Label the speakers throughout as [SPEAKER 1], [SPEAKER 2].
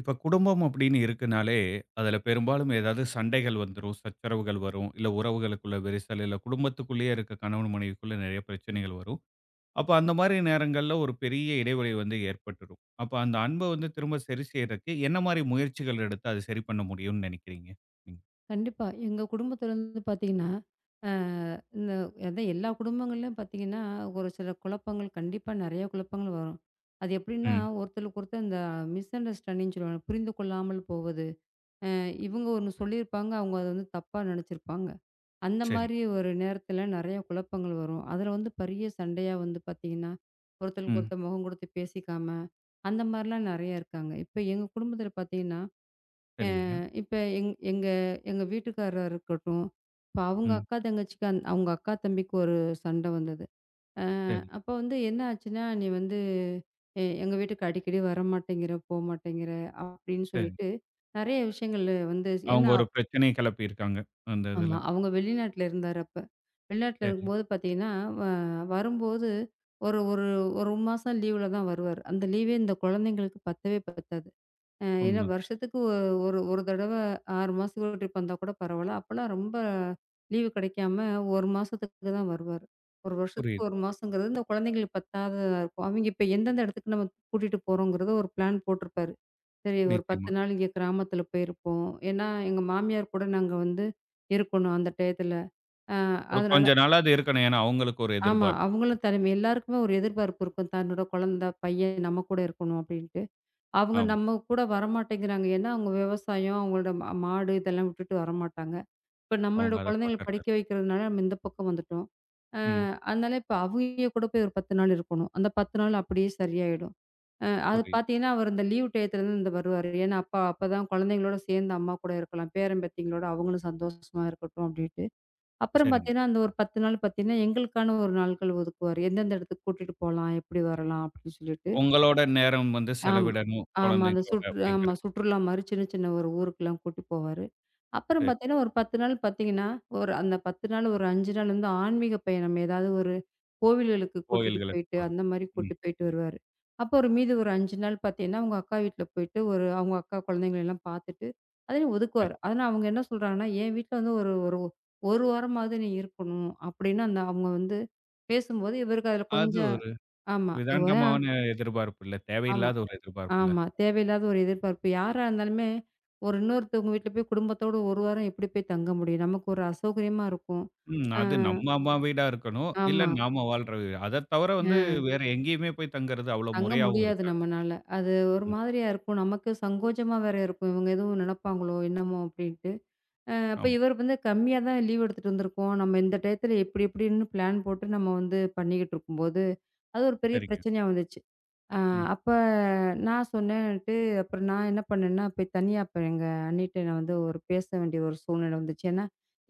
[SPEAKER 1] இப்ப குடும்பம் அப்படின்னு இருக்குனாலே, அதுல பெரும்பாலும் ஏதாவது சண்டைகள் வந்துரும், சச்சரவுகள் வரும். இல்ல உறவுகளுக்குள்ள விரிசல், இல்ல குடும்பத்துக்குள்ளேயே இருக்க கணவன், மனைவிக்குள்ள நெறைய பிரச்சனைகள் வரும். அப்ப அந்த மாரி நேரங்கள்ல ஒரு பெரிய இடைவெளி வந்து ஏற்பட்டுரும். அப்ப அந்த அன்ப வந்து திரும்ப சரி செய்றதுக்கு என்ன மாரி முயற்சிகள் எடுத்து அத சரி பண்ண முடியும்னு நெனைக்கிறீங்க? நீங்க?
[SPEAKER 2] கண்டிப்பா. எங்க குடும்பத்தில வந்து பார்த்தீங்கன்னா, அ இந்த அதான் எல்லா குடும்பங்கள்லயும் பார்த்தீங்கன்னா, ஒரு சில குழப்பங்கள் கண்டிப்பா நெறைய குழப்பங்கள் வரும். அது எப்படின்னா,
[SPEAKER 1] ம்.
[SPEAKER 2] ஒருத்தருக்கு ஒருத்தர் இந்த மிஸ் அண்டர்ஸ்டாண்டிங்ன்னு சொல்லுவாங்க. புரிந்து கொள்ளாமல் போவது. அ இவங்க ஒண்ணு சொல்லியிருப்பாங்க, அவங்க அத வந்து தப்பா நெனச்சிருப்பாங்க. அந்த
[SPEAKER 1] சரி.
[SPEAKER 2] மாரி ஒரு நேரத்தில நெறைய குழப்பங்கள் வரும். அதில வந்து பெரிய சண்டையா வந்து பார்த்தீங்கன்னா, ஒருத்தருக்கு
[SPEAKER 1] ம்.
[SPEAKER 2] ஒருத்தர் முகம் குடுத்து பேசிக்காம, அந்த மாரிலாம் நெறைய இருக்காங்க. இப்ப எங்க குடும்பத்தில பார்த்தீங்கன்னா
[SPEAKER 1] சரிங்க.
[SPEAKER 2] இப்ப எங் எங்க எங்க வீட்டுக்காரரா இருக்கட்டும், இப்ப அவங்க
[SPEAKER 1] ம்.
[SPEAKER 2] அக்கா தங்கச்சிக்கு அவங்க அக்கா தம்பிக்கு ஒரு சண்டை வந்தது. அ
[SPEAKER 1] சரி,
[SPEAKER 2] அப்ப வந்து என்ன ஆச்சுன்னா, "நீ வந்து எங்க வீட்டுக்கு அடிக்கடி வரமாட்டேங்கிற, போமாட்டேங்கிற" அப்படின்னு
[SPEAKER 1] சரி.
[SPEAKER 2] சொல்லிட்டு நெறைய விஷயங்கள் வந்து
[SPEAKER 1] அவங்க
[SPEAKER 2] ஏன்னா
[SPEAKER 1] ஒரு பிரச்சனைய கிளப்பியிருக்காங்க. அந்த இதுல.
[SPEAKER 2] ஆமா. அவங்க வெளிநாட்டுல இருந்தாரு அப்ப. வெளிநாட்டுல
[SPEAKER 1] சரிங்க.
[SPEAKER 2] இருக்கும்போது பார்த்தீங்கன்னா, வ வரும்போது ஒரு ஒரு 1 மாசம் லீவுல தான் வருவாரு. அந்த லீவே இந்த குழந்தைங்களுக்கு பத்தவே பத்தாது. ஏன்னா
[SPEAKER 1] உண்ம.
[SPEAKER 2] வருஷத்துக்கு ஒ ஒரு ஒரு தடவ 6 மாசத்துக்கு ஒரு ட்ரிப் வந்தா கூட பரவால்ல. அப்பலாம் ரொம்ப லீவு கிடைக்காம 1 மாசத்துக்கு தான் வருவாரு. 1 வருஷத்துக்கு
[SPEAKER 1] புரியுது.
[SPEAKER 2] 1 மாசங்கிறது இந்த குழந்தைங்களுக்கு பத்தாததா இருக்கும். அவைங்க இப்ப எந்தெந்த இடத்துக்கு நம்ம கூட்டிட்டு போறோங்கிறத ஒரு பிளான் போட்டிருப்பாரு. சரி ஒரு
[SPEAKER 1] நிச்சயமா.
[SPEAKER 2] 10 நாள் இங்க கிராமத்துல போயிருப்போம். ஏன்னா எங்க மாமியார் கூட நாங்க வந்து இருக்கணும் அந்த டயத்துல. அ
[SPEAKER 1] ஒரு
[SPEAKER 2] அதனால
[SPEAKER 1] கொஞ்ச நாளாவது இருக்கணும். ஏன்னா, அவங்களுக்கு ஒரு
[SPEAKER 2] ஆமா.
[SPEAKER 1] எதிர்பார்ப்பு இருக்கும்.
[SPEAKER 2] அவங்களும் தலைமை எல்லாருக்குமே ஒரு எதிர்பார்ப்பு இருக்கும். தன்னோட குழந்த, பையன் நம்ம கூட இருக்கணும் அப்படின்ட்டு. அவங்க
[SPEAKER 1] ஆமா.
[SPEAKER 2] நம்ம கூட வரமாட்டேங்கிறாங்க. ஏன்னா, அவங்க விவசாயம், அவங்களோட மாடு இதெல்லாம் விட்டுட்டு வரமாட்டாங்க. இப்ப நம்மளோட
[SPEAKER 1] அவங்க அத
[SPEAKER 2] குழந்தைங்கள
[SPEAKER 1] பக்கத்துல
[SPEAKER 2] படிக்க
[SPEAKER 1] இருக்கு.
[SPEAKER 2] வைக்கிறதுனால நம்ம இந்த பக்கம் வந்துட்டோம். அ
[SPEAKER 1] ம்.
[SPEAKER 2] அதனால இப்ப அவிங்க கூட போய் ஒரு 10 நாள் இருக்கணும். அந்த 10 நாள் அப்படியே சரியாயிடும். அது
[SPEAKER 1] புரியுது.
[SPEAKER 2] பார்த்தீங்கன்னா, அவர் இந்த லீவ் டயத்துலருந்து இந்த வருவாரு. ஏன்னா, அப்பதான் குழந்தைங்களோட சேர்ந்து அம்மா கூட இருக்கலாம். பேரன் பேத்திங்களோட அவங்களும் சந்தோஷமா இருக்கட்டும் அப்படின்ட்டு. அப்புறம்
[SPEAKER 1] சரிங்க.
[SPEAKER 2] பார்த்தீங்கன்னா, அந்த ஒரு 10 நாள் பார்த்தீங்கன்னா, எங்களுக்கான ஒரு நாட்கள் ஒதுக்குவாரு. எந்தெந்த இடத்துக்கு கூட்டிட்டு போலாம், எப்படி வரலாம் அப்படின்னு சொல்லிட்டு.
[SPEAKER 1] உங்களோட நேரம் வந்து
[SPEAKER 2] ஆமா.
[SPEAKER 1] செலவிடணும்
[SPEAKER 2] ஆமா. அந்த
[SPEAKER 1] குழந்தைங்களோட
[SPEAKER 2] சுற்று ஆமா.
[SPEAKER 1] அப்படிங்கிறது.
[SPEAKER 2] சுற்றுலா மாரி சின்ன, சின்ன ஒரு ஊருக்குலாம் கூட்டி போவாரு. அப்புறம்
[SPEAKER 1] சரி.
[SPEAKER 2] பார்த்தீங்கன்னா, ஒரு 10 நாள் பார்த்தீங்கன்னா, அந்த 10 நாள் ஒரு 5 நாள் வந்து ஆன்மீக பயணம். ஏதாவது ஒரு கோவில்களுக்கு கூட்டிட்டு
[SPEAKER 1] கோயில்களுக்கு
[SPEAKER 2] போயிட்டு,
[SPEAKER 1] போறது.
[SPEAKER 2] அந்த மாரி
[SPEAKER 1] ம்.
[SPEAKER 2] கூட்டி போயிட்டு வருவாரு. அப்போ ஒரு மீதி ஒரு 5 நாள் பார்த்தீங்கன்னா, அவங்க அக்கா வீட்ல போயிட்டு அவங்க அக்கா குழந்தைங்களலாம் பார்த்துட்டு, அதையும்
[SPEAKER 1] சரி.
[SPEAKER 2] ஒதுக்குவாரு. ஆனா அவங்க என்ன சொல்றாங்கன்னா, "என் வீட்ல வந்து ஒரு ஒரு 1 வாரமாவது நீ இருக்கணும்." அப்படின்னு அந்த அவங்க வந்து பேசும்போது, இவருக்கு அதில
[SPEAKER 1] அது
[SPEAKER 2] கொஞ்சம்
[SPEAKER 1] ஒரு
[SPEAKER 2] ஆமா.
[SPEAKER 1] விதாண்டமான எதிர்பார்ப்பு இல்ல.
[SPEAKER 2] ஆமா.
[SPEAKER 1] தேவையில்லாத ஒரு எதிர்பார்ப்பு இல்ல.
[SPEAKER 2] ஆமா. தேவையில்லாத ஒரு எதிர்பார்ப்பு. யாரா இருந்தாலுமே, ஒரு இன்னொருத்தவங்க வீட்ல போய் குடும்பத்தோட 1 வாரம் எப்படி போய் தங்க முடியும்? நமக்கு ஒரு அசௌகரியமா இருக்கும்.
[SPEAKER 1] ம்.
[SPEAKER 2] ஆ
[SPEAKER 1] அது நம்ம அம்மா வீடா இருக்கணும். இல்ல
[SPEAKER 2] ஆமா.
[SPEAKER 1] நாம வாழ்ற வீடு. அத தவிர
[SPEAKER 2] அ
[SPEAKER 1] வந்து வேற எங்கேயுமே போய் தங்குறது அவ்வளோ
[SPEAKER 2] தங்க
[SPEAKER 1] முறையாவும்
[SPEAKER 2] முடியாது
[SPEAKER 1] இருக்காது.
[SPEAKER 2] நம்மனால. அது ஒரு
[SPEAKER 1] ம்.
[SPEAKER 2] மாதிரியா இருக்கும். நமக்கு சங்கோஜமா வேற இருக்கும். இவங்க எதுவும் நெனப்பாங்களோ என்னமோ அப்படின்ட்டு. அப்ப
[SPEAKER 1] ஆமா.
[SPEAKER 2] இவர் வந்து கம்மியா தான் லீவ் எடுத்துட்டு வந்திருக்கோம். நம்ம இந்த டயத்துல எப்படி எப்படின்னு பிளான் போட்டு நம்ம வந்து பண்ணிக்கிட்டு இருக்கும்போது, அது ஒரு பெரிய
[SPEAKER 1] சரிங்க.
[SPEAKER 2] பிரச்சனையா வந்துச்சு. ஆ
[SPEAKER 1] ம்.
[SPEAKER 2] அப்ப நான் சொன்னேன்ட்டு, அப்புறம் நான் என்ன பண்ணேன்னா, போய் தனியா அப்ப எங்க அண்ணிட்ட நான் வந்து ஒரு பேச வேண்டிய ஒரு சூழ்நிலை வந்துச்சு. ஏன்னா,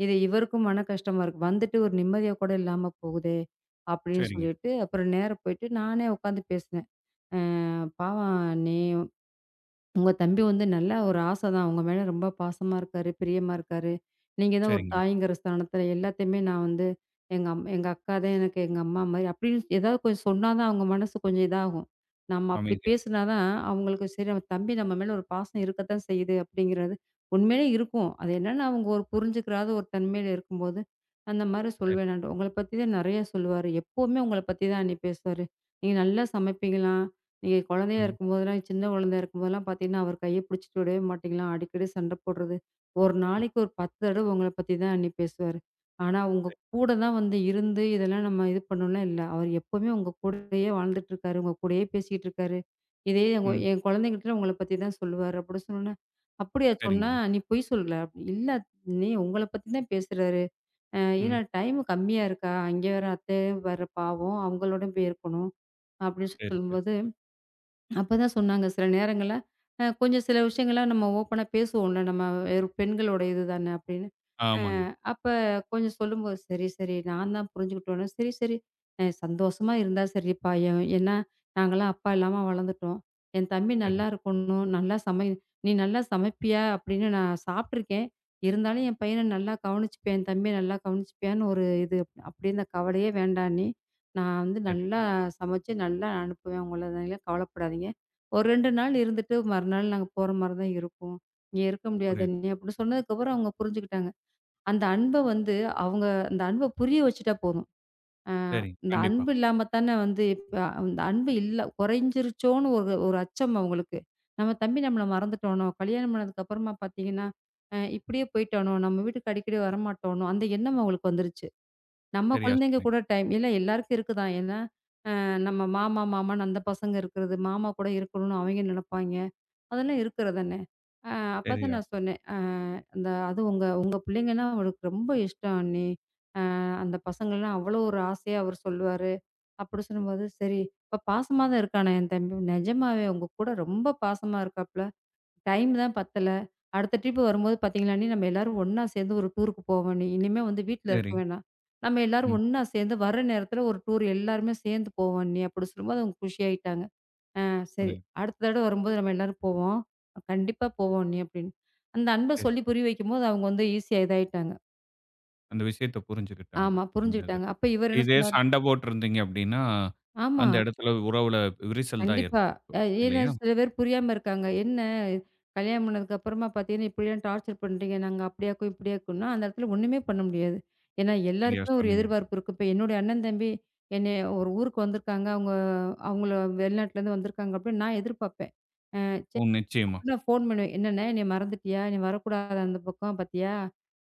[SPEAKER 2] இது இவருக்கும் மன கஷ்டமா இருக்கு. வந்துட்டு ஒரு நிம்மதியா கூட இல்லாம போகுதே! அப்படின்னு
[SPEAKER 1] சரிங்க,
[SPEAKER 2] சொல்லிட்டு, அப்புறம் நேரா போயிட்டு நானே உட்காந்து பேசினேன். அ பாவம் நீ உங்க தம்பி வந்து நல்ல ஒரு ஆச தான். உங்க மேல ரொம்ப பாசமா இருக்காரு, பிரியமா இருக்காரு. நீங்க தான் ஒரு
[SPEAKER 1] சரிங்க.
[SPEAKER 2] தாய்ங்கிற ஸ்தானத்துல எல்லாத்தையுமே நான் வந்து எங்க அக்கா தான் எனக்கு எங்க அம்மா மாரி அப்படின்னு ஏதாவது கொஞ்சம் சொன்னா தான் அவங்க மனசு கொஞ்சம் இதாகும். நம்ம அப்படி
[SPEAKER 1] அமைதியா.
[SPEAKER 2] பேசினா தான் அவங்களுக்கு சரி நம்ம தம்பி நம்ம மேல ஒரு பாசம் இருக்கத்தான் செய்யுது அப்படிங்கிறது உண்மையிலே இருக்கும். அது என்னன்னா அவங்க ஒரு புரிஞ்சுக்கிறாத ஒரு தன்மையில இருக்கும்போது, அந்த மாரி
[SPEAKER 1] சரி.
[SPEAKER 2] சொல்வேனாண்டு. உங்கள பத்தி தான் நெறைய சொல்லுவாரு. எப்பவுமே உங்கள பத்தி தான் அண்ணி பேசுவாரு. நீங்க நல்லா சமைப்பீங்களாம். நீங்க குழந்தையா
[SPEAKER 1] ம்.
[SPEAKER 2] இருக்கும்போதெல்லாம், சின்ன குழந்தையா இருக்கும்போதெல்லாம் பார்த்தீங்கன்னா, அவர் கைய பிடிச்சிட்டு விடவே மாட்டீங்களாம். அடிக்கடி சண்டை போடுறது. ஒரு
[SPEAKER 1] ம்.
[SPEAKER 2] நாளைக்கு ஒரு 10 தடவ உங்கள பத்தி தான் எண்ணி பேசுவாரு. ஆனா, உங்க
[SPEAKER 1] சரி.
[SPEAKER 2] கூட தான் வந்து இருந்து, இதெல்லாம் நம்ம இது பண்ணோம்லாம் இல்ல. அவர் எப்பவுமே உங்க கூடயே வாழ்ந்துட்டு இருக்காரு. உங்க கூடயே பேசிக்கிட்டு இருக்காரு. இதே என்
[SPEAKER 1] ம்.
[SPEAKER 2] என் குழந்தைகிட்ட உங்கள பத்தி தான் சொல்லுவாரு. அப்படி சொன்னோனே, "அப்படியா சொன்னா?
[SPEAKER 1] சரிங்க.
[SPEAKER 2] நீ பொய் சொல்லல." அப்படி "இல்ல அண்ணி உங்கள பத்தி தான் பேசுறாரு. ஏன்னா
[SPEAKER 1] ம்.
[SPEAKER 2] டைம் கம்மியா இருக்கா? அங்க வேற அத்தை வேற பாவம். அவங்களோட போய் இருக்கணும்." அப்படின்னு
[SPEAKER 1] சரி, சரி.
[SPEAKER 2] சொல்லும்போது அப்பதான் சொன்னாங்க, சில நேரங்கள்ல கொஞ்சம் சில விஷயங்கள்லாம் நம்ம ஓப்பனா பேசுவோம்ல, நம்ம வெறும் பெண்களோட இதுதானே அப்படின்னு. அ
[SPEAKER 1] ஆமாங்க.
[SPEAKER 2] அப்ப கொஞ்சம் சொல்லும்போது, சரி, சரி நான் தான் புரிஞ்சுக்கிட்டோன்னே, சரி, சரி சந்தோஷமா இருந்தா சரிப்பா. ஏன்னா நாங்கலாம் அப்பா இல்லாம வளர்ந்துட்டோம். என் தம்பி
[SPEAKER 1] சரி,
[SPEAKER 2] நல்லா இருக்கணும், நல்லா சமை நீ நல்லா சமைப்பியா அப்படின்னு நான் சாப்பிட்டுருக்கேன். இருந்தாலும் என் பையனை நல்லா கவனிச்சுப்பேன், என் தம்பியை நல்லா கவனிச்சுப்பியான்னு ஒரு இது. அப்படி இந்த கவலையே வேண்டாம் அண்ணி. நான் வந்து
[SPEAKER 1] சரி.
[SPEAKER 2] நல்லா சமைச்சு நல்லா அனுப்புவேன் உங்கள, நீங்கலாம் கவலைப்படாதீங்க. ஒரு 2 நாள் இருந்துட்டு மறுநாள் நாங்க போற மாரி தான் இருக்கும். இங்க இருக்க முடியாது
[SPEAKER 1] புரியுது.
[SPEAKER 2] அண்ணி அப்படின்னு சொன்னதுக்கப்புறம் அவங்க புரிஞ்சுக்கிட்டாங்க. அந்த அன்ப வந்து அவங்க அந்த அன்ப புரிய வச்சுட்டா போதும். அ
[SPEAKER 1] சரிங்க.
[SPEAKER 2] இந்த
[SPEAKER 1] கண்டிப்பா.
[SPEAKER 2] அன்பு இல்லாம தானே வந்து இப்ப அந்த அன்பு இல்ல குறைஞ்சிருச்சோன்னு ஒரு ஒரு அச்சம் அவங்களுக்கு. நம்ம தம்பி நம்மள மறந்துட்டானோ, கல்யாணம் பண்ணதுக்கப்புறமா பார்த்தீங்கன்னா, இப்படியே போயிட்டானோ, நம்ம வீட்டுக்கு அடிக்கடி வரமாட்டானோ, அந்த எண்ணம் அவங்களுக்கு வந்துருச்சு. நம்ம
[SPEAKER 1] சரியா
[SPEAKER 2] குழந்தைங்க
[SPEAKER 1] சொன்னீங்க.
[SPEAKER 2] கூட டைம் இல்ல எல்லாருக்கும் இருக்குதான். ஏன்னா, நம்ம மாமா, மாமான்னு அந்த பசங்க இருக்கிறது, மாமா கூட இருக்கணும்னு அவங்க நினைப்பாய்ங்க. அதெல்லாம் இருக்கிறதானே! அ அப்பதான்
[SPEAKER 1] சரியா
[SPEAKER 2] நான் சொன்னேன். அந்த அது உங்க உங்க பிள்ளைங்கன்னா அவருக்கு ரொம்ப இஷ்டம் அண்ணி. அந்த பசங்கள்லாம் அவ்வளோ ஒரு ஆசையா அவரு சொல்லுவாரு. அப்படி சொல்லும்போது, சரி இப்ப பாசமா தான் இருக்கானா என் தம்பி? நிஜமாவே உங்க கூட ரொம்ப பாசமா இருக்காப்புல. டைம் தான் பத்தல. அடுத்த ட்ரிப் வரும்போது பார்த்தீங்கன்னா அண்ணி, நம்ம எல்லாரும் ஒண்ணா சேர்ந்து ஒரு டூருக்கு போவோம் அண்ணி. இனிமே வந்து வீட்ல இருக்க
[SPEAKER 1] சரி.
[SPEAKER 2] வேணாம். நம்ம எல்லாரும்
[SPEAKER 1] ம்.
[SPEAKER 2] ஒண்ணா சேர்ந்து வர நேரத்துல ஒரு டூர் எல்லாருமே சேர்ந்து போவோம் அண்ணி. அப்படி சொல்லும்போது அவங்க குஷியாயிட்டாங்க. ஆ சரி.
[SPEAKER 1] புரியுது.
[SPEAKER 2] அடுத்த தடவ வரும்போது நம்ம எல்லாரும் போவோம். கண்டிப்பா போவோம் அண்ணி அப்படின்னு. அந்த அன்ப
[SPEAKER 1] சரி.
[SPEAKER 2] சொல்லி புரிய வைக்கும்போது அவங்க வந்து ஈஸியா இதாயிட்டாங்க.
[SPEAKER 1] அந்த விஷயத்த புரிஞ்சுக்கிட்டாங்க.
[SPEAKER 2] ஆமா
[SPEAKER 1] இந்த இதுல.
[SPEAKER 2] புரிஞ்சுகிட்டாங்க. அப்ப இவர் என்ன
[SPEAKER 1] இதே
[SPEAKER 2] சொன்னாரு?
[SPEAKER 1] சண்டை போட்டிருந்தீங்க அப்டின்னா,
[SPEAKER 2] ஆமா,
[SPEAKER 1] அந்த இடத்துல உறவுல விரிசல் தான் ஏற்படும்
[SPEAKER 2] கண்டிப்பா. ஏன்னா
[SPEAKER 1] இல்லையா?
[SPEAKER 2] சில பேர் புரியாம இருக்காங்க. என்ன கல்யாணம் பண்ணதுக்கு அப்புறமா பார்த்தீங்கன்னா, இப்படிலாம் டார்ச்சர் பண்றீங்க. நாங்க அப்படியாக்கும், இப்படியாக்கும்ன்னா, அந்த இடத்துல ஒண்ணுமே பண்ண முடியாது. ஏன்னா
[SPEAKER 1] சரியா
[SPEAKER 2] எல்லாருக்குமே ஒரு
[SPEAKER 1] சொன்னீங்க.
[SPEAKER 2] எதிர்பார்ப்பு இருக்கு. இப்ப என்னுடைய அண்ணன் தம்பி என்னைய ஒரு ஊருக்கு வந்திருக்காங்க. அவங்கள வெளிநாட்டுலேருந்து வந்திருக்காங்க அப்படின்னு நான் எதிர்பார்ப்பேன். சரி
[SPEAKER 1] ம். நிச்சயமா,
[SPEAKER 2] நான் ஃபோன் பண்ணுவேன். "என்னண்ணே என்னைய மறந்துட்டியா? நீ வரக்கூடாதா அந்த பக்கம் பாத்தியா?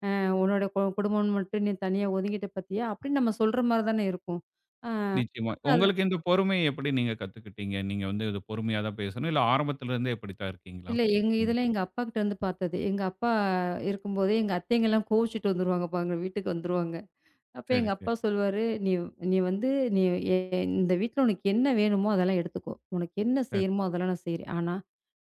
[SPEAKER 2] உன்னோட குடும்பம்னு மட்டும் நீ தனியா ஒதுங்கிட்ட பாத்தியா?" அப்படின்னு நம்ம சொல்ற மாரி தானே இருக்கும். ஆ
[SPEAKER 1] நிச்சயமா.
[SPEAKER 2] அது
[SPEAKER 1] உங்களுக்கு இந்த பொறுமைய எப்படி நீங்க கத்துக்கிட்டீங்க? நீங்க வந்து இது பொறுமையா தான் பேசணும். இல்ல ஆரம்பத்துல இருந்தே இப்படித்தான் இருக்கீங்களா?
[SPEAKER 2] இல்ல எங்க
[SPEAKER 1] நீங்க.
[SPEAKER 2] இதெல்லாம் எங்க அப்பாகிட்ட வந்து பாத்தது. எங்க அப்பா இருக்கும்போதே எங்க அத்தைங்கலாம் கோவிச்சுட்டு வந்துருவாங்க பாருங்க வீட்டுக்கு வந்துருவாங்க. அப்ப
[SPEAKER 1] சரி,
[SPEAKER 2] எங்க அப்பா
[SPEAKER 1] சரி.
[SPEAKER 2] சொல்லுவாரு, "நீ நீ வந்து நீ எ இந்த வீட்ல உனக்கு என்ன வேணுமோ அதெல்லாம் எடுத்துக்கோ. உனக்கு என்ன
[SPEAKER 1] சரி,
[SPEAKER 2] செய்யணுமோ அதெல்லாம் நான் செய்றேன். ஆனா,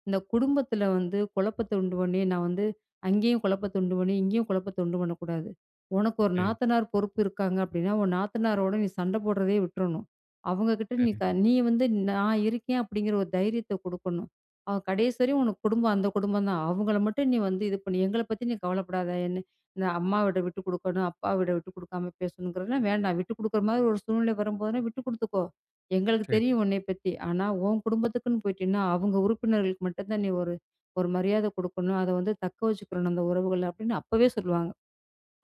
[SPEAKER 2] இந்த குடும்பத்துல வந்து குழப்பத்த உண்டு பண்ணி, நான் வந்து அங்கேயும் குழப்பத்த உண்டு பண்ணி, இங்கேயும் குழப்பத்த உண்டு பண்ணக்கூடாது. உனக்கு ஒரு
[SPEAKER 1] சரி,
[SPEAKER 2] நாத்தனார் பொறுப்பு இருக்காங்க அப்டின்னா, உன் நாத்தனாரோட நீ சண்ட போடுறதே விட்டுறணும். அவங்க கிட்ட நீ
[SPEAKER 1] சரி,
[SPEAKER 2] க நீ வந்து நான் இருக்கேன் அப்படிங்கிற ஒரு தைரியத்த குடுக்கணும். அவ கடைசி வரையும் உனக்கு குடும்பம் அந்த குடும்பம் தான். அவங்கள மட்டும் நீ வந்து இது பண்ணு. எங்கள பத்தி நீ கவலைப்படாத. என்ன இந்த அம்மாவிட விட்டு குடுக்கணும், அப்பாவிட விட்டு குடுக்காம பேசணுங்கிறதெல்லாம் வேண்டாம். விட்டு குடுக்குற மாதிரி ஒரு சூழ்நிலை வரும்போதுனா விட்டு குடுத்துக்கோ. எங்களுக்கு
[SPEAKER 1] சரி.
[SPEAKER 2] தெரியும் உன்னைய பத்தி. ஆனா உன் குடும்பத்துக்குன்னு போயிட்டீன்னா, அவங்க உறுப்பினர்களுக்கு மட்டும் தான் நீ ஒரு ஒரு மரியாதை குடுக்கணும். அத வந்து தக்க வச்சுக்கணும் அந்த உறவுகள அப்படின்னு அப்பவே சொல்லுவாங்க.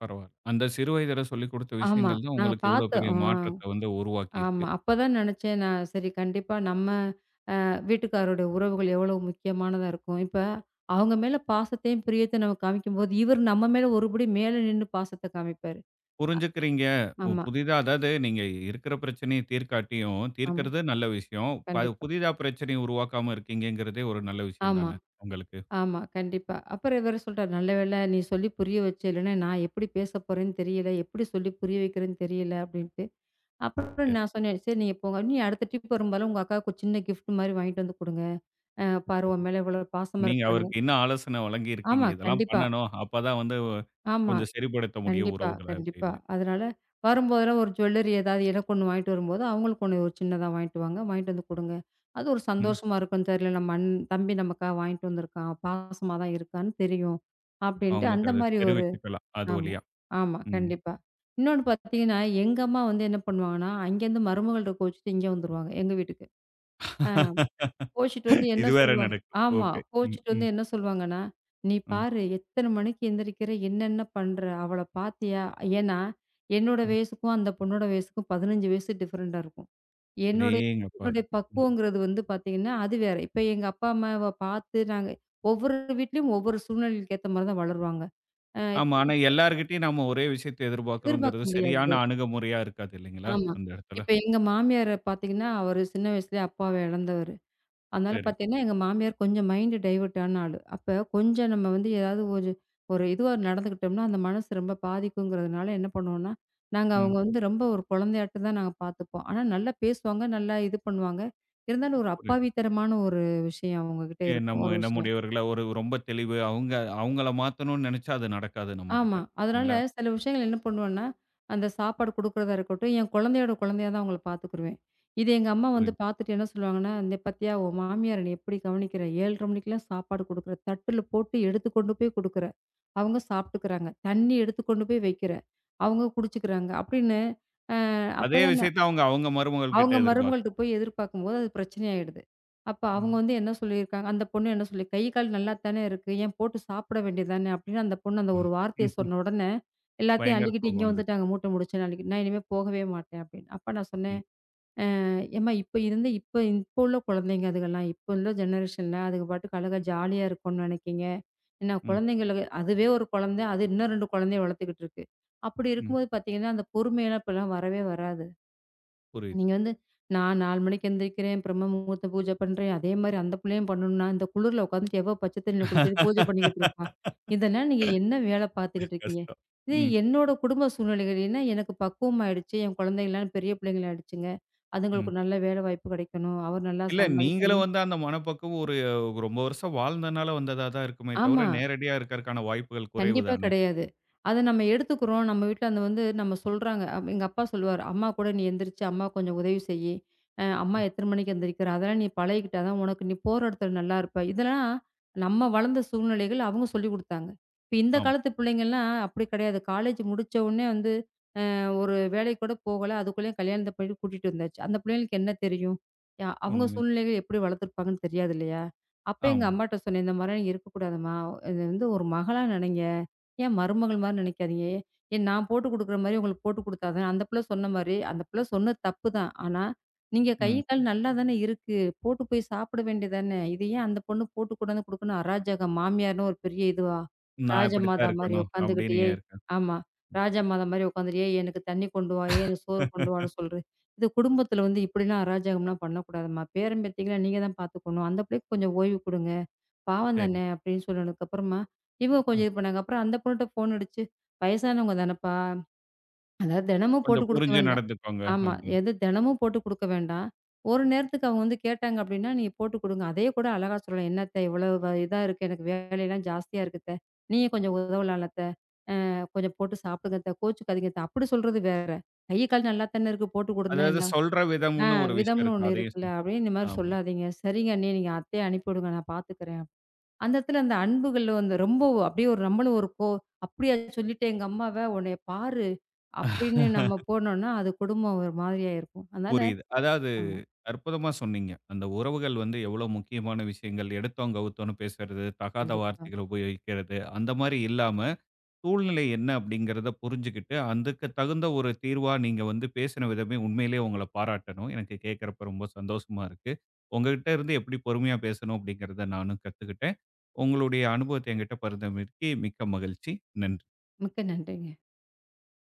[SPEAKER 1] பரவால்ல. அந்த சிறு வயதில சொல்லிக் குடுத்த
[SPEAKER 2] ஆமா.
[SPEAKER 1] விஷயங்கள் தான்
[SPEAKER 2] நாங்க
[SPEAKER 1] உங்களுக்கு இவ்வளவு
[SPEAKER 2] பார்த்தோம்.
[SPEAKER 1] பெரிய
[SPEAKER 2] ஆ
[SPEAKER 1] மாற்றத்த வந்து உருவாக்கியிருக்கு.
[SPEAKER 2] ஆமா. அப்பதான் நெனச்சேன் நான் சரி கண்டிப்பா நம்ம வீட்டுக்காரருடைய உறவுகள் எவ்வளவு முக்கியமானதா இருக்கும். இப்ப அவங்க மேல பாசத்தையும், பிரியத்தையும் நம்ம காமிக்கும்போது, இவர் நம்ம மேல ஒருபடி மேல நின்னு பாசத்த காமிப்பாரு.
[SPEAKER 1] புரிஞ்சுக்கிறீங்க.
[SPEAKER 2] ஆமா,
[SPEAKER 1] புதிதா அதாவது நீங்க இருக்கிற பிரச்சனைய தீர்க்காட்டியும்,
[SPEAKER 2] ஆமா.
[SPEAKER 1] தீர்க்கிறது நல்ல விஷயம்.
[SPEAKER 2] கண்டிப்பா.
[SPEAKER 1] புதிதா பிரச்சனைய உருவாக்காம இருக்கீங்கங்கிறதே ஒரு நல்ல விஷயம்
[SPEAKER 2] ஆமா,
[SPEAKER 1] தானே உங்களுக்கு.
[SPEAKER 2] ஆமா. கண்டிப்பா. அப்புறம் இவரு சொல்றாரு, "நல்ல வேளை நீ சொல்லி புரிய வச்ச. இல்லன்னா நான் எப்படி பேச போறேன்னு தெரியல. எப்படி சொல்லி புரிய வைக்கிறேன்னு தெரியல." அப்படின்ட்டு. அப்புறம்
[SPEAKER 1] சரி.
[SPEAKER 2] நான் சொன்னேன், "சரி நீங்க போங்க. நீ அடுத்த ட்ரிப் வரும்போதெல்லாம் உங்க அக்காவுக்கு ஒரு சின்ன கிஃப்ட் மாரி வாங்கிட்டு வந்து குடுங்க. பாரு உன் மேல இவ்வளவு பாசமா
[SPEAKER 1] நீங்க
[SPEAKER 2] இருக்கிறனால"
[SPEAKER 1] அவருக்கு என்ன ஆலோசனை வழங்கியிருக்கீங்க?
[SPEAKER 2] ஆமா.
[SPEAKER 1] இதெல்லாம்
[SPEAKER 2] கண்டிப்பா.
[SPEAKER 1] பண்ணணும். அப்பதான் வந்து
[SPEAKER 2] ஆமா.
[SPEAKER 1] கொஞ்சம் சரிப்படுத்த முடியும்
[SPEAKER 2] கண்டிப்பா,
[SPEAKER 1] உறவுகள
[SPEAKER 2] கண்டிப்பா.
[SPEAKER 1] அப்படின்னு.
[SPEAKER 2] அதனால வரும்போதெல்லாம் ஒரு ஜுவல்லரி ஏதாவது எனக்கு ஒண்ணு வாங்கிட்டு வரும்போது, அவங்களுக்கு ஒண்ணு ஒரு சின்னதா வாங்கிட்டு வாங்க. வாங்கிட்டு வந்து குடுங்க. அது ஒரு
[SPEAKER 1] ம்.
[SPEAKER 2] சந்தோஷமா இருக்கும். தெரியல நம்ம தம்பி நமக்காக வாங்கிட்டு வந்திருக்கான். பாசமா தான் இருக்கான்னு தெரியும். அப்படின்ட்டு
[SPEAKER 1] அவங்களுக்கு
[SPEAKER 2] அந்த
[SPEAKER 1] அத
[SPEAKER 2] மாரி ஒரு
[SPEAKER 1] தெரிவிச்சுக்கலாம். அது
[SPEAKER 2] ஆமா,
[SPEAKER 1] வழியா.
[SPEAKER 2] ஆமா.
[SPEAKER 1] ம்.
[SPEAKER 2] கண்டிப்பா. இன்னொன்னு பார்த்தீங்கன்னா, எங்க அம்மா வந்து என்ன பண்ணுவாங்கன்னா, அங்கேருந்து மருமகள்ட்ட கோவிச்சுட்டு இங்க வந்துருவாங்க, எங்க வீட்டுக்கு. அ கோச்சிட்டு வந்து என்ன
[SPEAKER 1] இது வேற
[SPEAKER 2] சொல்லுவா
[SPEAKER 1] நடக்கும்.
[SPEAKER 2] ஆமா.
[SPEAKER 1] ஓகே. ம்,
[SPEAKER 2] கோச்சிட்டு வந்து
[SPEAKER 1] ம்,
[SPEAKER 2] என்ன சொல்லுவாங்கன்னா, "நீ
[SPEAKER 1] ம்,
[SPEAKER 2] பாரு எத்தன மணிக்கு எந்திரிக்கிற? என்னென்ன பண்ற? அவள பாத்தியா?" ஏன்னா, என்னோட
[SPEAKER 1] ம்.
[SPEAKER 2] வயசுக்கும் அந்த பொண்ணோட வயசுக்கும் 15 வயசு டிஃபரெண்டா இருக்கும். என்னுடைய
[SPEAKER 1] அடேங்கப்பா!
[SPEAKER 2] என்னுடைய பக்குவங்கிறது வந்து பாத்தீங்கன்னா, அது வேற. இப்ப எங்க அப்பா, அம்மாவ பாத்து நாங்க ஒவ்வொரு வீட்லயும் ஒவ்வொரு சூழ்நிலைக்கு ஏத்த மாரி தான் வளருவாங்க. அ இப்
[SPEAKER 1] ஆமா. ஆனா எல்லார்கிட்டயும் நாம ஒரே விஷயத்த எதிர்பார்க்கிறோங்கிறது
[SPEAKER 2] எதிர்பார்க்க முடியாது.
[SPEAKER 1] சரியான அணுகுமுறையா இருக்காது இல்லைங்களா?
[SPEAKER 2] ஆமா.
[SPEAKER 1] அந்த இடத்துல.
[SPEAKER 2] இப்ப எங்க மாமியார பாத்தீங்கன்னா, அவரு சின்ன வயசுலயே அப்பாவ இழந்தவரு. அதனால
[SPEAKER 1] சரி.
[SPEAKER 2] பார்த்தீங்கன்னா, எங்க மாமியார் கொஞ்சம் மைண்ட் டைவர்ட் ஆன ஆளு. அப்ப கொஞ்சம் நம்ம வந்து ஏதாவது ஒரு ஒரு இதுவா நடந்துக்கிட்டோம்னா, அந்த மனசு ரொம்ப பாதிக்குங்கிறதுனால என்ன பண்ணுவோம்னா, நாங்க
[SPEAKER 1] ம்.
[SPEAKER 2] அவங்க வந்து ரொம்ப ஒரு குழந்தையாட்டம் தான் நாங்க பார்த்துப்போம். ஆனா நல்லா பேசுவாங்க, நல்லா இது பண்ணுவாங்க. இருந்தாலும் ஒரு
[SPEAKER 1] புரியுது.
[SPEAKER 2] அப்பாவித்தனமான ஒரு விஷயம் அவங்ககிட்ட இருக்கும்.
[SPEAKER 1] நம்ம
[SPEAKER 2] ஒரு
[SPEAKER 1] என்ன
[SPEAKER 2] விஷயம்.
[SPEAKER 1] முடியவர்களா ஒரு ரொம்ப தெளிவு அவங்க அவங்கள மாத்தணும்னு நெனைச்சா அது நடக்காது நம்மகிட்ட.
[SPEAKER 2] ஆமா. அதனால
[SPEAKER 1] இல்லைங்களா?
[SPEAKER 2] சில விஷயங்கள் என்ன பண்ணுவேன்னா, அந்த சாப்பாடு குடுக்குறதா இருக்கட்டும், என் குழந்தையோட குழந்தையா தான் அவங்கள பார்த்துக்குருவேன். இது எங்க அம்மா வந்து
[SPEAKER 1] புரியுது.
[SPEAKER 2] பார்த்துட்டு என்ன சொல்லுவாங்கன்னா, "இந்த பார்த்தியா உன் மாமியார நீ எப்படி கவனிக்கிற? 7:30 மணிக்கெல்லாம் சாப்பாடு குடுக்குற. தட்டுல போட்டு எடுத்து கொண்டு போய் குடுக்குற. அவங்க சாப்பிட்டுக்கிறாங்க. தண்ணி எடுத்து கொண்டு போய் வைக்கிற. அவங்க குடிச்சுக்கிறாங்க." அப்படின்னு. அ
[SPEAKER 1] அதே
[SPEAKER 2] அப்பதான்
[SPEAKER 1] விஷயத்த அவங்க அவங்க மருமகள் கிட்ட
[SPEAKER 2] அவங்க மருமகள்ட்ட
[SPEAKER 1] எதிர்பார்க்கணும்.
[SPEAKER 2] போய் எதிர்பார்க்கும்போது அது பிரச்சனையாயிடுது. அப்ப அவங்க
[SPEAKER 1] ம்.
[SPEAKER 2] வந்து என்ன சொல்லியிருக்காங்க, அந்த பொண்ணு என்ன சொல்லி "கை, கால் நல்லா தானே இருக்கு. ஏன் போட்டு சாப்பிட வேண்டியது தானே?" அப்படின்னு அந்த பொண்ணு அந்த ஒரு வார்த்தைய
[SPEAKER 1] ம்.
[SPEAKER 2] சொன்ன உடனே, எல்லாத்தையும்
[SPEAKER 1] பயங்கர
[SPEAKER 2] அள்ளிக்கிட்டு
[SPEAKER 1] கோபம்
[SPEAKER 2] இங்க
[SPEAKER 1] வந்தது.
[SPEAKER 2] வந்துட்டாங்க மூட்டை முடிச்சுன்னு அள்ளிக்கிட்டு. நான் இனிமே போகவே மாட்டேன் அப்படின்னு. அப்ப நான்
[SPEAKER 1] ம்.
[SPEAKER 2] சொன்னேன், "ஏம்மா இப்ப இருந்து இப்ப இப்ப உள்ள குழந்தைங்க அதுகெல்லாம். இப்ப உள்ள ஜெனரேஷன்ல அதுக பாட்டுக்கு அழகா ஜாலியா இருக்கும்னு நினைக்கிங்க. ஏன்னா
[SPEAKER 1] ம்.
[SPEAKER 2] குழந்தைங்களுக்கு அதுவே ஒரு குழந்தை, அது இன்னும் 2 குழந்தைய வளர்த்துக்கிட்டு இருக்கு. அப்படி
[SPEAKER 1] ம்.
[SPEAKER 2] இருக்கும்போது பார்த்தீங்கன்னா, அந்த பொறுமையெல்லாம் இப்பல்லாம் வரவே வராது."
[SPEAKER 1] புரியுது.
[SPEAKER 2] நீங்க வந்து, நான் 4 மணிக்கு எந்திரிக்கிறேன், பிரம்ம முகூர்த்த பூஜை பண்றேன். அதே மாரி அந்த புள்ளையும் பண்ணணும்னா, இந்த குளிர்ல உட்காந்துட்டு எவ பச்ச தண்ணியில குளிச்சுட்டு பூஜை பண்ணிக்கிட்டு இருப்பா? இதெல்லாம் நீங்க என்ன வேலை பார்த்துக்கிட்டு இருக்கீங்க?
[SPEAKER 1] கஷ்டம்.
[SPEAKER 2] இதே
[SPEAKER 1] ம்.
[SPEAKER 2] என்னோட குடும்ப சூழ்நிலைகள்னா, எனக்கு பக்குவம் ஆயிடுச்சு. என் குழந்தைங்கலாம் பெரிய பிள்ளைங்களாயிடுச்சுங்க.
[SPEAKER 1] ம்.
[SPEAKER 2] அதுங்களுக்கு ஒரு நல்ல வேலை வாய்ப்பு கிடைக்கணும். அவர் நல்லா
[SPEAKER 1] இல்ல நீங்களும்
[SPEAKER 2] சம்பாதிக்கணும்.
[SPEAKER 1] வந்து அந்த மனப்பக்குவம் ஒரு ரொம்ப வருஷம் வாழ்ந்தனால வந்ததா தான் இருக்குமே தவிர,
[SPEAKER 2] ஆமா.
[SPEAKER 1] நேரடியா இருக்கறக்கான வாய்ப்புகள் குறைவு
[SPEAKER 2] கண்டிப்பா
[SPEAKER 1] தானே!
[SPEAKER 2] கிடையாது. அத நம்ம எடுத்துக்கிறோம். நம்ம வீட்ல அந்த வந்து நம்ம சொல்றாங்க. எங்க அப்பா சொல்லுவாரு, "அம்மா கூட நீ எந்திரிச்சு அம்மாக்கு கொஞ்சம் உதவி செய்யி. அம்மா எத்தன மணிக்கு எந்திரிக்கிறா? அதெல்லாம் நீ பழகிக்கிட்டா தான் உனக்கு நீ போற இடத்துல நல்லா இருப்ப." இதெல்லாம் நம்ம வளர்ந்த சூழ்நிலைகள் அவங்க சொல்லிக் குடுத்தாங்க. இப்ப இந்த
[SPEAKER 1] ஆமா.
[SPEAKER 2] காலத்து பிள்ளைங்கலாம் அப்படி கிடையாது. காலேஜ் முடிச்ச உடனே வந்து ஒரு வேலைக்கு கூட போகல. அதுக்குள்ளேயும் கல்யாணத்த போயிட்டு கூட்டிட்டு வந்தாச்சு. அந்த பிள்ளைங்களுக்கு என்ன தெரியும்? அவங்க
[SPEAKER 1] ஒண்ணுமே தெரியல.
[SPEAKER 2] சூழ்நிலைகள் எப்படி வளர்த்துருப்பாங்கன்னு தெரியாது இல்லையா? அப்ப எங்க
[SPEAKER 1] ஆமா.
[SPEAKER 2] அம்மாட்ட சொன்னேன். இந்த மாரிலாம் நீங்க இருக்கக்கூடாதும்மா. இது வந்து ஒரு மகளா நெனைங்க. ஏன் மருமகள் மாரி நெனைக்காதீங்க. ஏன் நான் போட்டு குடுக்குற மாரி உங்களுக்கு போட்டு குடுத்தா தானே அந்த பிள்ள சொன்னது தப்பு தான். ஆனா, நீங்க கை,
[SPEAKER 1] ம்.
[SPEAKER 2] கால் நல்லா தானே இருக்கு. போட்டு போய் சாப்பிட வேண்டியது தானே! இது ஏன் அந்த பொண்ணு போட்டு கொண்டாந்து குடுக்கணும் அராஜகம். மாமியார்ன்னு ஒரு பெரிய இதுவா?
[SPEAKER 1] நான் இப்படித்தான்
[SPEAKER 2] ராஜமாதா மாரி
[SPEAKER 1] இருக்கணும்
[SPEAKER 2] உட்காந்துக்கிட்டு
[SPEAKER 1] அப்படின்னு ஏன்
[SPEAKER 2] ஏய்
[SPEAKER 1] இருக்கேன்.
[SPEAKER 2] ஆமா. ராஜா மாதா மாரி உட்காந்துட்டு, "ஏய் எனக்கு தண்ணி கொண்டு வா, ஏய் எனக்கு சோறு கொண்டு வான்னு" சொல்றது. இது குடும்பத்தில வந்து இப்படிலாம் அராஜகம்லாம் பண்ணக்கூடாதும்மா. பேரன் பேத்திங்கள நீங்க தான் பார்த்துக்கணும். அந்த பிள்ளைக்கு கொஞ்சம் ஓய்வு குடுங்க. பாவம்
[SPEAKER 1] சரி.
[SPEAKER 2] தானே அப்படின்னு சொன்னதுக்கப்புறமா, இவங்க
[SPEAKER 1] ம்.
[SPEAKER 2] கொஞ்சம் இது பண்ணாங்க. அப்புறம் அந்த பொண்ணுட்ட ஃபோன் அடிச்சு, "வயசானவங்க தானப்பா, அதாவது தினமும் போட்டு
[SPEAKER 1] கொஞ்சம்
[SPEAKER 2] குடுக்க
[SPEAKER 1] புரிஞ்சு
[SPEAKER 2] வேண்டாம்"
[SPEAKER 1] நடந்துக்கோங்க
[SPEAKER 2] ஆமா.
[SPEAKER 1] அப்படின்னு.
[SPEAKER 2] எது தினமும் போட்டு குடுக்க வேண்டாம். ஒரு நேரத்துக்கு அவங்க வந்து கேட்டாங்க அப்படின்னா, நீங்க போட்டு குடுங்க. அதையே கூட அழகா சொல்லலாம். "என்ன அத்தை இவ்வளவு வ- இதா இருக்கு, எனக்கு வேலையெல்லாம் ஜாஸ்தியா இருக்கு அத்தை. நீங்க கொஞ்சம் உதவலாம்ல அத்தை." கொஞ்சம் போட்டு சாப்பிடுங்க அத்த, கோச்சுக்காதீங்க அத்த. அப்படி சொல்றது வேற. கை, கால் நல்லா தானே இருக்கு, போட்டு கொடுந்தேன்
[SPEAKER 1] அதாவது
[SPEAKER 2] என்ன
[SPEAKER 1] சொல்ற
[SPEAKER 2] ஆ
[SPEAKER 1] விதம்னு ஒரு விஷயம்
[SPEAKER 2] விதம்னு
[SPEAKER 1] இருக்கு.
[SPEAKER 2] ஒண்ணு
[SPEAKER 1] அதையும்
[SPEAKER 2] இருக்குல்ல
[SPEAKER 1] சொல்
[SPEAKER 2] அப்படின்னு இந்த மாரி
[SPEAKER 1] ஆமா.
[SPEAKER 2] சொல்லாதீங்க. சரிங்க அண்ணி, நீங்க அத்தைய அனுப்பிவிடுங்க. நான் பார்த்துக்கிறேன். அந்த இடத்துல அந்த அன்புகள் வந்து ரொம்ப அப்படியே ஒரு நம்மளும் ஒரு கோ அப்படியா சொல்லிட்டு எங்க அம்மாவ உன்னைய பாரு அப்படின்னு நம்ம போனோம்னா, அது குடும்பம் ஒரு மாதிரியா இருக்கும். அதனால
[SPEAKER 1] புரியுது. அதாவது
[SPEAKER 2] ஆமா,
[SPEAKER 1] அற்புதமா சொன்னீங்க. அந்த உறவுகள் வந்து எவ்வளோ முக்கியமான விஷயங்கள். எடுத்தோம் கவுத்தோம்ன்னு பேசுறது, தகாத
[SPEAKER 2] கண்டிப்பா.
[SPEAKER 1] வார்த்தைகள் உபயோகிக்கிறது, அந்த மாரி இல்லாம சூழ்நிலை என்ன அப்படிங்கிறத புரிஞ்சுகிட்டு, அதுக்கு தகுந்த ஒரு தீர்வா நீங்க வந்து பேசின விதமே உண்மையிலேயே உங்கள பாராட்டணும். எனக்கு கேட்கிறப்ப ரொம்ப சந்தோஷமா இருக்கு. உங்ககிட்ட இருந்து எப்படி பொறுமையா பேசணும் அப்படிங்கிறத நானும் கத்துக்கிட்டேன். உங்களுடைய அனுபவத்த என்கிட்ட பகிர்ந்தமைக்கு மிக்க மகிழ்ச்சி. நன்றி.
[SPEAKER 2] மிக்க நன்றிங்க.